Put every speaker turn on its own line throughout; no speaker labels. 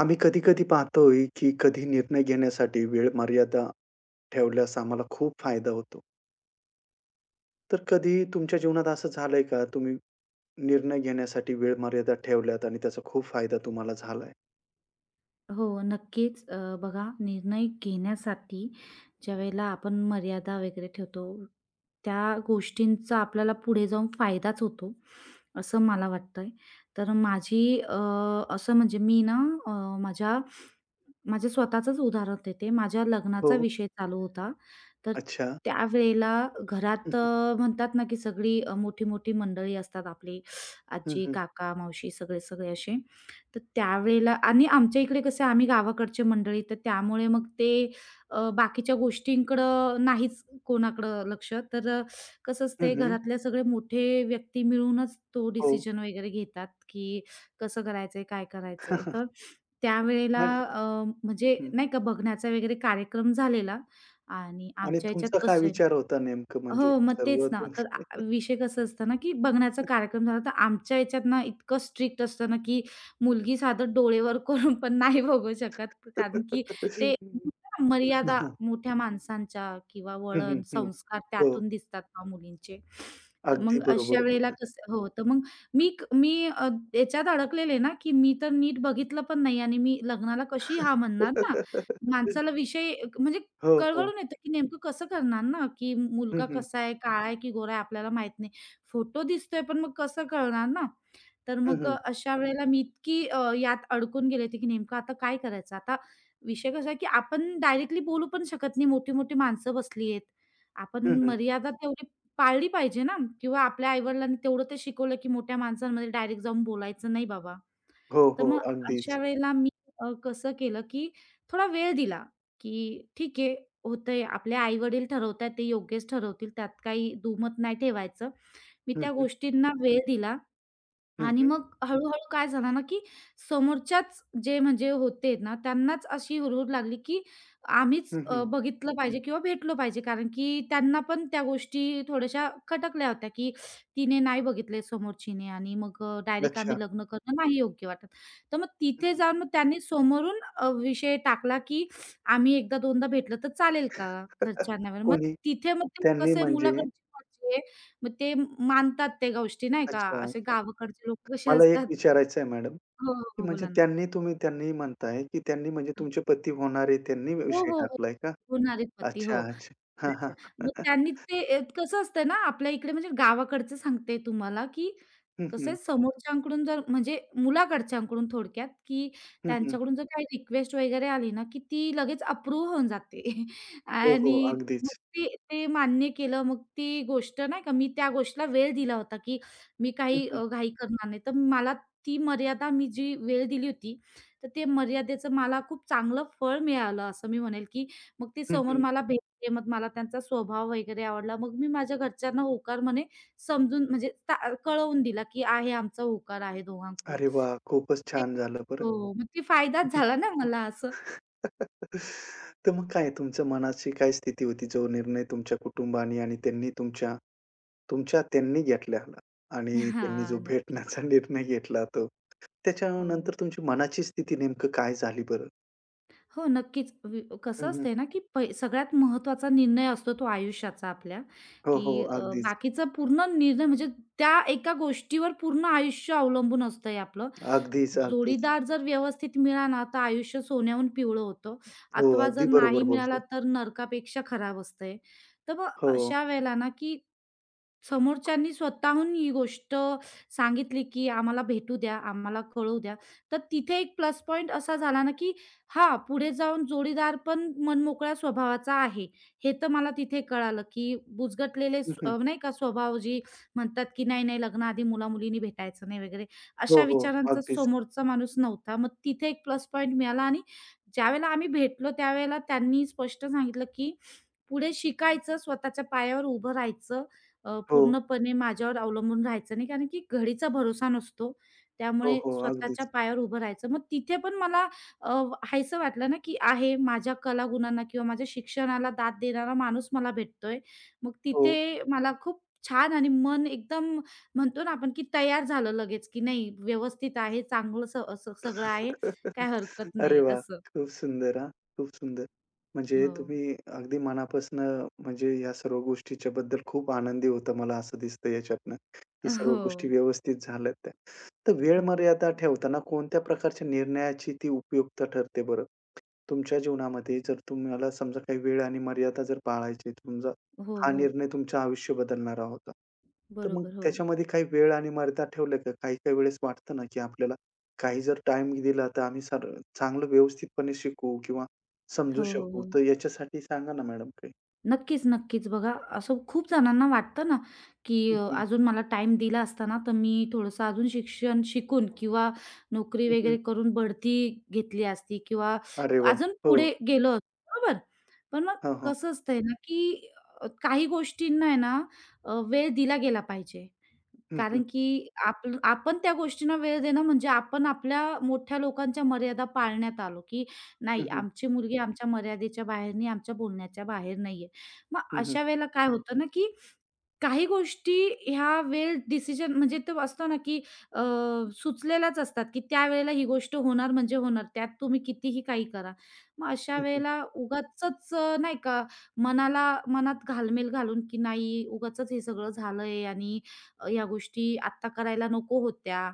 आम्ही कधी-कधी पाहतोय, की कधी निर्णय घेण्यासाठी वेळ मर्यादा ठेवल्यास आम्हाला खूप फायदा होतो. तर कधी तुमच्या जीवनात असं झालंय का? तुम्ही निर्णय घेण्यासाठी वेळ मर्यादा ठेवल्यात आणि त्याचा खूप फायदा तुम्हाला झालाय?
हो, नक्कीच. बघा, निर्णय घेण्यासाठी ज्यावेळेला आपण मर्यादा वगैरे ठेवतो, त्या गोष्टींचा आपल्याला पुढे जाऊन फायदाच होतो, असं मला वाटतंय. तर माझी असं म्हणजे मी ना अ, माझ्या माझ्या स्वतःचंच उदाहरण देते. माझ्या लग्नाचा
हो.
विषय चालू होता. तर
अच्छा.
त्यावेळेला
हं,
घरात
हं.
म्हणतात ना, की सगळी मोठी-मोठी मंडळी असतात आपली.
हं,
आजी,
हं.
काका, मावशी सगळे-सगळे असे. तर त्यावेळेला आणि आमच्या इकडे कसं, आम्ही गावाकडचे मंडळी, तर त्यामुळे मग ते बाकीच्या गोष्टींकडं नाहीच कोणाकडं लक्ष. तर कसं
हं,
असते,
हं.
घरातले सगळे मोठे व्यक्ती मिळूनच तो
हो.
डिसिजन वगैरे घेतात, की कसं करायचंय, काय करायचंय. तर त्यावेळेला
आणि
म्हणजे
हं,
नाही का, बघण्याचा वगैरे कार्यक्रम झालेला आणि
आणि
आमच्या ह्याच्यात
तुमचा काय
कसं
विचार होता नेमकं म्हणजे
हो, मग
सर्व
तेच ना. तर
तुमचे
विषय कसं असतं ना, की बघण्याचा कार्यक्रम झाला, तर आमच्या ह्याच्यात ना इतकं स्ट्रिक्ट असतं ना, की मुलगी साधं डोळेवर करून पण नाही बघू शकत. कारण की ते
हं, हं.
मर्यादा,
हं,
मोठ्या माणसांच्या किंवा वळण, संस्कार
हो.
त्यातून दिसतात ना मुलींचे. तर मग
अगदी
अशा
बरोबर
वेळेला
बोललात.
कसं, हो, तर मग मी याच्यात अडकलेले ना, की मी तर नीट बघितलं पण नाही आणि मी लग्नाला कशी हां म्हणणार ना? माणसाला विषय म्हणजे
हो, हो.
कळवळून येतं, की नेमकं कसं करणार ना, की
हं,
मुलगा
हं.
कसा आहे, काळा आहे की गोरा आहे आपल्याला माहीत नाही. फोटो दिसतोय, पण मग कसं कळणार ना? तर मग
हं,
अशा वेळेला मी इतकी यात अडकून गेले होते, की नेमकं आता काय करायचं? आता विषय कसा आहे, की आपण डायरेक्टली बोलू पण शकत नाही. मोठी-मोठी माणसं बसली आहेत. आपण
हं, हं.
मर्यादा तेवढी पाळली पाहिजे ना, किंवा आपल्या आई तेवढं ते शिकवलं, की मोठ्या माणसांमध्ये डायरेक्ट जाऊन बोलायचं नाही बाबा.
हो,
तर
हो.
मग अशा
अगदीच.
वेळेला मी कसं केलं, की थोडा वेळ दिला, की ठीक आहे, होतंय. आपले आई-वडील ठरवतायत, ते योग्यच ठरवतील. त्यात काही दुमत नाही ठेवायचं. मी
हं,
त्या
हं.
गोष्टींना वेळ दिला
हं,
आणि
हं.
मग हळू-हळू काय झालं ना, की समोरच्याच जे म्हणजे होते ना, त्यांनाच अशी हुरहूर लागली, की आम्हीच
हं, हं.
बघितलं पाहिजे किंवा भेटलो पाहिजे. कारण की त्यांना पण त्या गोष्टी थोड्याशा खटकल्या होत्या, की तिने नाही बघितले समोरचीने आणि मग डायरेक्ट
अच्छा.
आम्ही लग्न करणं नाही योग्य वाटत. तर मग तिथे जाऊन मग त्यांनी समोरून विषय टाकला, की आम्ही एकदा दोनदा भेटलं तर चालेल का,
हं, हं.
घरच्यांना वगैरे. मग
कोणी?
तिथे मग ते
त्यांनी
कसं,
म्हणजे
मुलाकडची मर्जी मग ते मानतात त्या गोष्टी नाही का,
अच्छा,
असे
अच्छा.
गावाकडचे लोक कसे
मला एक
असतात.
विचारायचं आहे मॅडम,
हो,
की
हो,
म्हणजे
बोला ना.
त्यांनी म्हणताय, की त्यांनी म्हणजे तुमचे पती होणारे त्यांनी
हो,
विषय
हो, हो.
टाकलाय का?
होणारे पती,
अच्छा,
हो.
अच्छा. हां, हां.
अच्छा. मग त्यांनी ते कसं असतं ना, आपल्या इकडे म्हणजे गावाकडचं सांगते तुम्हाला, की
हं,
कसं
हं.
आहे, समोरच्यांकडून जर म्हणजे मुलाकडच्यांकडून थोडक्यात, की
हं, हं.
त्यांच्याकडून जर काही रिक्वेस्ट वगैरे आली ना, की ती लगेच अप्रूव्ह होऊन जाते.
हो, हो.
आणि
अगदीच.
मग ते ते मान्य केलं. मग ती गोष्ट नाही का, मी त्या गोष्टीला वेळ दिला होता, की मी
हं,
काही
हं.
घाई करणार नाही. तर मला ती मर्यादा, मी जी वेळ दिली होती, तर ते मर्यादेचं मला खूप चांगलं फळ मिळालं असं मी म्हणेल, की मग ते
हं,
समोर
हं.
मला ते मग मला त्यांचा स्वभाव वगैरे आवडला. मग मी माझ्या घरच्यांना होकार म्हणे समजून म्हणजे कळवून दिला, की आहे, आमचा होकार आहे दोघांकडून.
अरे वाह! खूपच
ते
छान झालं बरं.
हो, मग ते फायदाच झाला ना मला, असं.
तर मग काय तुमच्या मनाची काय स्थिती होती जो निर्णय तुमच्या कुटुंबाने आणि त्यांनी तुमच्या तुमच्या त्यांनी घेतलेला आणि त्यांनी
हां,
जो
नक्कीच.
भेटण्याचा निर्णय घेतला तो.
हो.
त्याच्यानंतर तुमची मनाची स्थिती नेमकं काय झाली बरं?
हो, नक्कीच. कसं
हं, हं.
असतंय ना, की सगळ्यात महत्त्वाचा निर्णय असतो तो आयुष्याचा आपल्या,
हो,
की
हो. अगदीच.
बाकीचा पूर्ण निर्णय म्हणजे त्या एका गोष्टीवर पूर्ण आयुष्य अवलंबून असतंय आपलं.
अगदीच, अगदीच.
जोडीदार जर व्यवस्थित मिळाला तर आयुष्य सोन्याहून पिवळं होतं,
हो,
अथवा जर
अगदी
नाही
बरोबर
मिळाला
बोलताय.
तर नरकापेक्षा खराब असतंय. तर मग
हो.
अशा वेळेला ना, की समोरच्यांनी स्वतःहून ही गोष्ट सांगितली, की आम्हाला भेटू द्या, आम्हाला कळवू द्या. तर तिथे एक प्लस पॉइंट असा झाला ना, की हां, पुढे जाऊन जोडीदार पण मनमोकळ्या स्वभावाचा आहे. हे तर मला तिथे कळालं, की बुजगटलेले
हं, हं.
नाही का, स्वभाव जी म्हणतात, की नाही, नाही लग्नाआधी मुला भेटायचं नाही वगैरे,
हो,
अशा
हो.
विचारांचा
अगदीच.
समोरचा माणूस नव्हता. मग तिथे एक प्लस पॉइंट मिळाला आणि ज्यावेळेला आम्ही भेटलो त्यावेळेला त्यांनी स्पष्ट सांगितलं, की पुढे शिकायचं, स्वतःच्या पायावर उभं राहायचं,
हो,
पूर्णपणे माझ्यावर अवलंबून राहायचं नाही, कारण की घडीचा भरोसा नसतो.
हो,
त्यामुळे
हो.
स्वतःच्या
अगदीच.
पायावर उभं राहायचं. मग तिथे पण मला अ, हायसं वाटलं ना, की आहे, माझ्या कलागुणांना किंवा माझ्या शिक्षणाला दाद देणारा माणूस मला भेटतोय. मग
हो.
तिथे मला खूप छान आणि मन एकदम म्हणतो ना आपण, की तयार झालं लगेच, की नाही व्यवस्थित आहे, चांगलं स स सगळं आहे, काही हरकत
अरे
नाही,
वाह!
असं.
खूप सुंदर हां, खूप सुंदर. म्हणजे
हो.
तुम्ही अगदी मनापासनं म्हणजे या सर्व गोष्टीच्या बद्दल खूप आनंदी होता मला असं दिसतं याच्यातनं, की सर्व
हो.
गोष्टी व्यवस्थित झाल्यात त्या. तर वेळ
हो.
मर्यादा ठेवताना कोणत्या प्रकारच्या निर्णयाची ती उपयुक्त ठरते बरं? तुमच्या जीवनामध्ये जर तुम्हाला समजा काही वेळ आणि मर्यादा जर पाळायची समजा
हो,
हा
हो.
निर्णय तुमचं आयुष्य बदलणारा होता. तर मग
बरोबर. हो.
त्याच्यामध्ये काही वेळ आणि मर्यादा ठेवल्या का? काही-काही वेळेस वाटतं ना, की आपल्याला काही जर टाईम दिला तर आम्ही चांगलं व्यवस्थितपणे शिकू किंवा समजू
हो, हो,
शकू. तर
हो.
याच्यासाठी सांगा ना मॅडम काही?
नक्कीच, नक्कीच. बघा, असं खूप जणांना वाटतं ना, की
हं, हं.
अजून मला टाईम दिला असता ना, तर मी थोडंसं अजून शिक्षण शिकून किंवा नोकरी
हं, हं.
वगैरे करून बढती घेतली असती किंवा
अरे वाह!
अजून
हो.
पुढे गेलो असतो. बरोबर? पण मग
हां, हां.
कसं असतंय ना, की काही गोष्टींना आहे ना, वेळ दिला गेला पाहिजे.
हं,
कारण
हं.
की आपण त्या गोष्टींना वेळ देणं म्हणजे आपण आपल्या मोठ्या लोकांच्या मर्यादा पाळण्यात आलो, की नाही,
हं, हं.
आमची मुलगी आमच्या मर्यादेच्या बाहेर नाही, आमच्या बोलण्याच्या बाहेर नाहीये. मग
हं, हं.
अशा वेळेला काय होतं ना, की काही गोष्टी ह्या वेळ डिसिजन म्हणजे तो असतो ना, की अ, सुचलेल्याच असतात, की त्यावेळेला ही गोष्ट होणार म्हणजे होणार. त्यात तुम्ही कितीही काही करा. मग अशा
हं, हं.
वेळेला उगाचच नाही का, मनाला मनात घालमेल घालून, की नाही उगाचच हे सगळं झालंय आणि ह्या गोष्टी आत्ता करायला नको होत्या.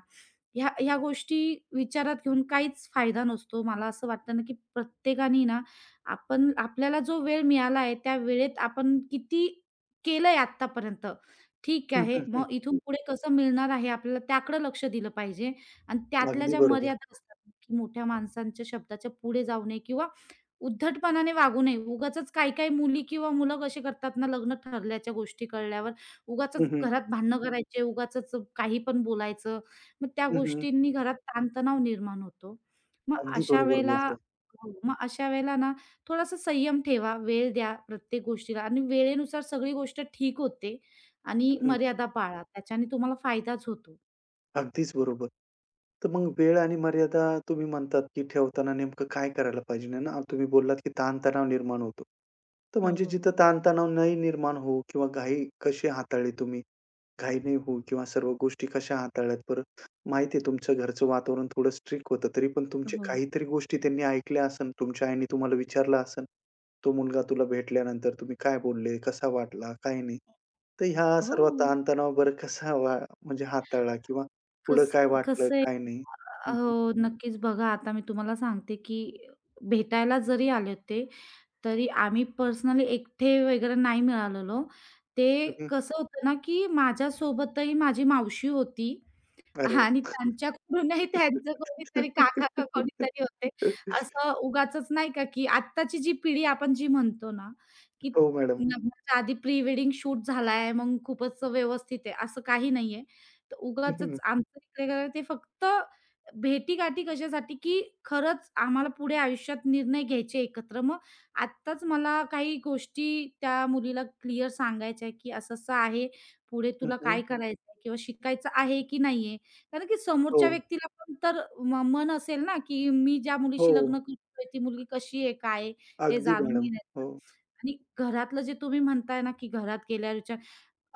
ह्या ह्या गोष्टी विचारात घेऊन काहीच फायदा नसतो. मला असं वाटतं ना, की प्रत्येकाने ना आपण आपल्याला जो वेळ मिळाला आहे, त्या वेळेत आपण किती केलंय आत्तापर्यंत. ठीक
हं,
आहे.
हं. हं.
मग इथून पुढे कसं मिळणार आहे, आपल्याला त्याकडे लक्ष दिलं पाहिजे आणि त्यातल्या
अगदी
ज्या
बरोबर.
मर्यादा असतात, की मोठ्या माणसांच्या शब्दाच्या पुढे जाऊ नये किंवा उद्धटपणाने वागू नये. उगाचच काही-काही मुली किंवा मुलं कसे करतात ना, लग्न ठरल्याच्या गोष्टी कळल्यावर उगाच
हं, हं.
घरात भांडणं करायचे, उगाचच काही पण बोलायचं. मग त्या
हं, हं.
गोष्टींनी घरात ताणतणाव निर्माण होतो. मग
अगदी
अशा
बरोबर
वेळेला
बोलताय.
हो, मग अशा वेळेला ना, थोडासा संयम ठेवा, वेळ द्या प्रत्येक गोष्टीला आणि वेळेनुसार सगळी गोष्ट ठीक होते आणि
हं, हं.
मर्यादा पाळा. त्याच्याने तुम्हाला फायदाच होतो.
अगदीच बरोबर. तर मग वेळ आणि मर्यादा तुम्ही म्हणतात, की ठेवताना नेमकं काय करायला पाहिजे आहे ना? तुम्ही बोललात, की ताणतणाव निर्माण होतो. तर
हो,
म्हणजे
हो,
जिथं
हो.
ताणतणाव नाही निर्माण होऊ किंवा घाई कशी हाताळली तुम्ही? घाई नाही होऊ किंवा सर्व गोष्टी कशा हाताळल्यात? बरं माहिती आहे तुमचं घरचं वातावरण थोडं स्ट्रिक्ट होतं, तरी पण तुमचे
हो.
काहीतरी गोष्टी त्यांनी ऐकल्या असन. तुमच्या आईने तुम्हाला विचारलं असन, "तो मुलगा तुला भेटल्यानंतर तुम्ही काय बोलले? कसा वाटला? काय नाही?" तर ह्या
हो.
सर्व ताणतणाव बरं कसा म्हणजे हाताळला किंवा पुढं काय
कसं,
वाटलं,
कसं आहे
काय नाही? हं, हं.
हो, नक्कीच, बघा. आता मी तुम्हाला सांगते, की भेटायला जरी आले ते, तरी आम्ही पर्सनली एकटे वगैरे नाही मिळालेलो. ते
हं, हं.
कसं होतं ना, की माझ्यासोबतही माझी मावशी होती.
अरे
हां, आणि
वाह!
त्यांच्याकडूनही त्यांचं कोणीतरी काका का कोणीतरी होते. असं उगाचच नाही का, की आत्ताची जी पिढी आपण जी म्हणतो ना, की
हो मॅडम.
लग्नाच्या आधी प्री वेडिंग शूट झालाय, मग खूपच व्यवस्थित आहे, असं काही नाहीये. तर
हं, हं.
उगाचच आमचं इकडे काय, ते फक्त भेटीगाठी कशासाठी, की खरंच आम्हाला पुढे आयुष्यात निर्णय घ्यायचे एकत्र. मग आत्ताच मला काही गोष्टी त्या मुलीला क्लिअर सांगायच्या आहे, की असं-असं आहे, पुढे
हं,
तुला
हं.
काय करायचंय किंवा शिकायचं आहे की नाहीये? कारण की
हो,
समोरच्या व्यक्तीला पण तर मन असेल ना, की मी ज्या मुलीशी
हो.
लग्न करतोय ती मुलगी कशी आहे, काय आहे, हे
अगदी
जाणून
मॅडम.
घेण्याचं.
हो.
आणि घरातलं जे तुम्ही म्हणताय ना, की घरात गेल्याच्या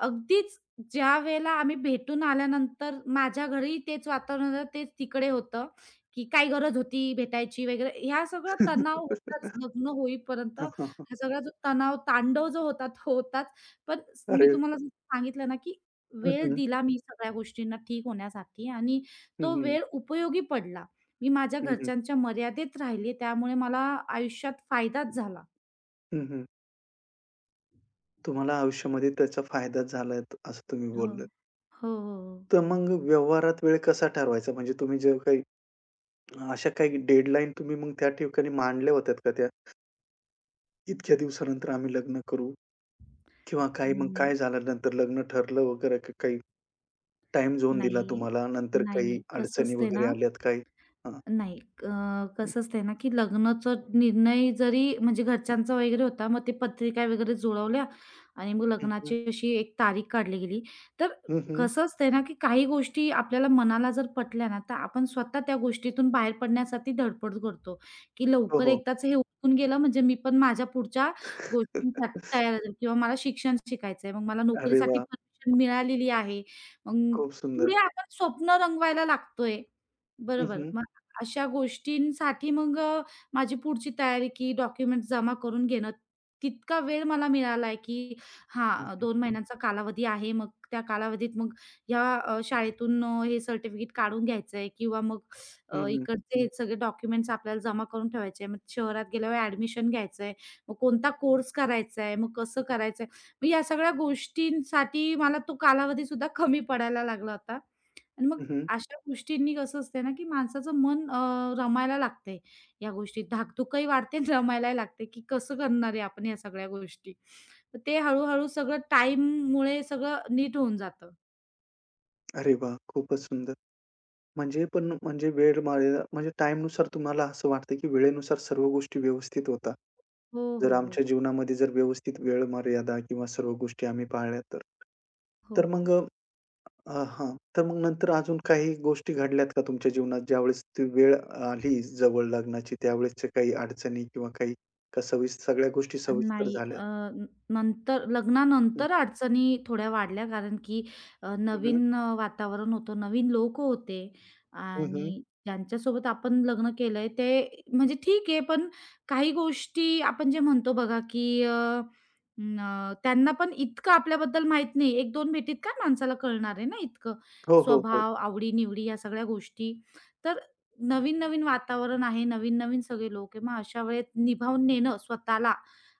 अगदीच ज्यावेळेला आम्ही भेटून आल्यानंतर माझ्या घरी तेच वातावरण होतं, तेच तिकडे होतं, की काय गरज होती भेटायची वगैरे, ह्या सगळा तणाव होताच. लग्न होईपर्यंत
हां, हां, हां.
हा सगळा जो तणाव, तांडव जो होता तो होताच. पण मी
अरे
तुम्हाला जसं सांगितलं ना, की
हं,
वेळ
हं.
दिला मी सगळ्या गोष्टींना ठीक होण्यासाठी आणि
हं,
तो
हं.
वेळ उपयोगी पडला. मी माझ्या
हं, हं.
घरच्यांच्या मर्यादेत राहिले, त्यामुळे मला आयुष्यात फायदाच झाला.
हं, हं. तुम्हाला आयुष्यामध्ये त्याचा फायदाच झालाय असं तुम्ही
हो.
बोललात.
हो, हो, हो.
तर मग व्यवहारात वेळ कसा ठरवायचा? म्हणजे तुम्ही जेव्हा काही अशा काही डेडलाईन तुम्ही मग त्या ठिकाणी मांडल्या होत्यात का त्या, इतक्या दिवसानंतर आम्ही लग्न करू? किंवा काही मग
अं,
काय झालं नंतर लग्न ठरलं वगैरे का काही टाईम झोन दिला
नाही,
तुम्हाला, नंतर
नाही,
काही
नाही. कसं
अडचणी
असतंय
वगैरे
ना,
आल्यात काही? हां.
नाही.
हं,
कसं असतंय ना, की लग्नाचा निर्णय जरी म्हणजे घरच्यांचा वगैरे होता. मग ते पत्रिका वगैरे जुळवल्या आणि मग
हं,
लग्नाची अशी एक तारीख काढली गेली. तर
हं, हं, हं.
कसं असतंय ना, की काही गोष्टी आपल्याला मनाला जर पटल्या ना, तर आपण स्वतः त्या गोष्टीतून बाहेर पडण्यासाठी धडपड करतो, की
हो,
लवकर
हो.
एकदाच हे उरकून गेलं म्हणजे मी पण माझ्या पुढच्या गोष्टींसाठी तयार असेल किंवा मला शिक्षण शिकायचंय, मग मला
अरे
नोकरीसाठी
वाह!
परमिशन मिळालेली आहे. मग
खूप सुंदर.
पुढे आपण स्वप्न रंगवायला लागतोय.
हं,
बरोबर.
हं.
अशा गोष्टींसाठी मग माझी पुढची तयारी, की डॉक्युमेंट्स जमा करून घेणं, तितका वेळ मला मिळालाय, की
हं,
हां,
हं.
दोन महिन्यांचा कालावधी आहे. मग त्या कालावधीत मग ह्या शाळेतून हे सर्टिफिकेट काढून घ्यायचंय किंवा मग
हं, हं.
इकडचे हे सगळे डॉक्युमेंट्स आपल्याला जमा करून ठेवायचे आहे. मग शहरात गेल्यावर ॲडमिशन घ्यायचंय. मग कोणता कोर्स करायचा आहे, मग कसं करायचंय. मग या सगळ्या गोष्टींसाठी मला तो कालावधीसुद्धा कमी पडायला लागला होता. आणि मग
हं, हं.
अशा गोष्टींनी कसं असते ना, की माणसाचं मन रमायला लागते या गोष्टीत. धाकधुकही वाढते आणि रमायलाही लागते, की कसं करणार आहे आपण ह्या सगळ्या गोष्टी. तर ते हळू-हळू सगळं टाईममुळे सगळं नीट होऊन जातं.
अरे वाह! खूपच सुंदर. म्हणजे पण म्हणजे वेळ मर्यादा म्हणजे टाईमनुसार तुम्हाला असं वाटतं, की वेळेनुसार सर्व गोष्टी व्यवस्थित होतात.
हो,
जर
हो, हो.
आमच्या जीवनामध्ये जर व्यवस्थित वेळ मर्यादा किंवा सर्व गोष्टी आम्ही पाळल्या तर.
हो,
तर
हो.
मग अ, अ, हां. तर मग नंतर अजून काही गोष्टी घडल्यात का तुमच्या जीवनात ज्यावेळेस ती वेळ आली जवळ लग्नाची, त्यावेळेसच्या काही अडचणी किंवा काही का सगळ्या गोष्टी सविस्तर
नाही अ,
झाल्यात?
न नंतर
हं.
लग्नानंतर अडचणी थोड्या वाढल्या, कारण की
हं, हं.
नवीन वातावरण होतं, नवीन लोक होते
हं,
आणि ज्यांच्यासोबत आपण लग्न केलंय ते म्हणजे ठीक आहे, पण काही गोष्टी आपण जे म्हणतो बघा, की त्यांना पण इतकं आपल्याबद्दल माहित नाही. एक दोन भेटीत काय माणसाला कळणार आहे ना इतकं.
हो, हो, हो.
स्वभाव, आवडी-निवडी, या सगळ्या गोष्टी. तर नवीन-नवीन वातावरण आहे, नवीन-नवीन सगळे लोक आहे. मग अशा वेळेत निभावून नेणं स्वतःला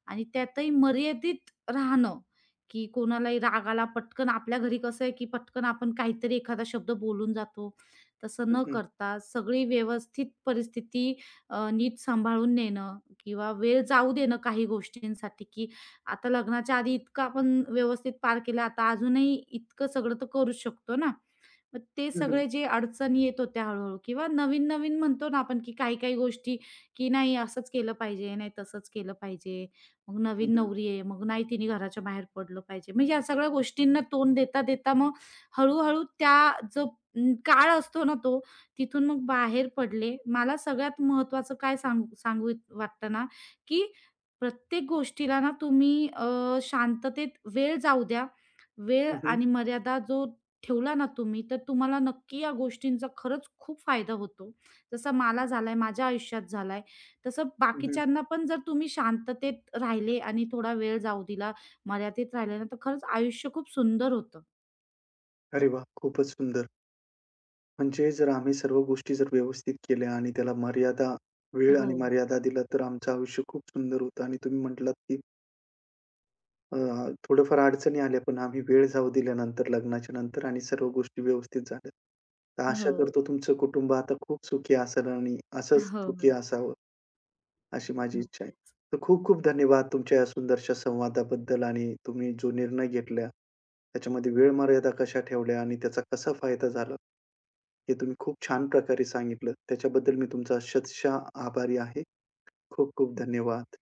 आणि त्यातही मर्यादित राहणं, की कोणालाही राग पटकन, आपल्या घरी कसं आहे, की पटकन आपण काहीतरी एखादा शब्द बोलून जातो. तसं
हं,
न
हं.
करता सगळी व्यवस्थित परिस्थिती नीट सांभाळून नेणं किंवा वेळ जाऊ देणं काही गोष्टींसाठी, की आता लग्नाच्या आधी इतकं आपण व्यवस्थित पार केलं, आता अजूनही इतकं सगळं तर करूच शकतो ना. मग ते
हं, हं.
सगळे जे अडचणी येत होत्या हळू-हळू किंवा नवीन-नवीन म्हणतो ना आपण, की काही-काही गोष्टी, की नाही असंच केलं पाहिजे, नाही तसंच केलं पाहिजे, मग
हं,
नवीन
हं.
नवरी आहे, मग नाही तिने घराच्या बाहेर पडलं पाहिजे. म्हणजे या सगळ्या गोष्टींना तोंड देता-देता मग हळू त्या जो काळ असतो ना तो, तिथून मग बाहेर पडले. मला सगळ्यात महत्त्वाचं काय सांगू सांगू इत- वाटतं ना, की प्रत्येक गोष्टीला ना तुम्ही शांततेत वेळ जाऊ द्या. वेळ
हं, हं.
आणि मर्यादा जो ठेवला ना तुम्ही, तर तुम्हाला नक्की या गोष्टींचा खरंच खूप फायदा होतो. जसा मला झालाय, माझ्या आयुष्यात झालाय, तसं
हं, हं.
बाकीच्यांना पण जर तुम्ही शांततेत राहिले आणि थोडा वेळ जाऊ दिला, मर्यादेत राहिले ना, तर खरंच आयुष्य खूप सुंदर होतं.
अरे वाह! खूपच सुंदर. म्हणजे जर आम्ही सर्व गोष्टी जर व्यवस्थित केल्या आणि त्याला मर्यादा, वेळ आणि
हो,
मर्यादा दिला, तर आमचं आयुष्य खूप सुंदर होतं आणि तुम्ही म्हटलात की अ, थोड्याफार अडचणी आल्या, पण आम्ही वेळ जाऊ दिला नंतर लग्नाच्या नंतर आणि सर्व गोष्टी व्यवस्थित झाल्या. तर
हो.
आशा करतो तुमचं कुटुंब आता खूप सुखी असेल आणि असंच
हो, हो.
सुखी असावं, अशी माझी इच्छा आहे.
नक्कीच.
तर खूप-खूप धन्यवाद तुमच्या या सुंदरशा संवादाबद्दल आणि तुम्ही जो निर्णय घेतला, त्याच्यामध्ये वेळ मर्यादा कशा ठेवल्या आणि त्याचा कसा फायदा झाला, हे तुम्ही खूप छान प्रकारे सांगितलं. त्याच्याबद्दल मी तुमचा शतशः आभारी आहे. खूप-खूप धन्यवाद.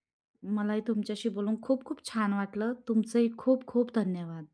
मलाही तुमच्याशी बोलून खूप खूप छान वाटलं. तुमचेही खूप खूप धन्यवाद.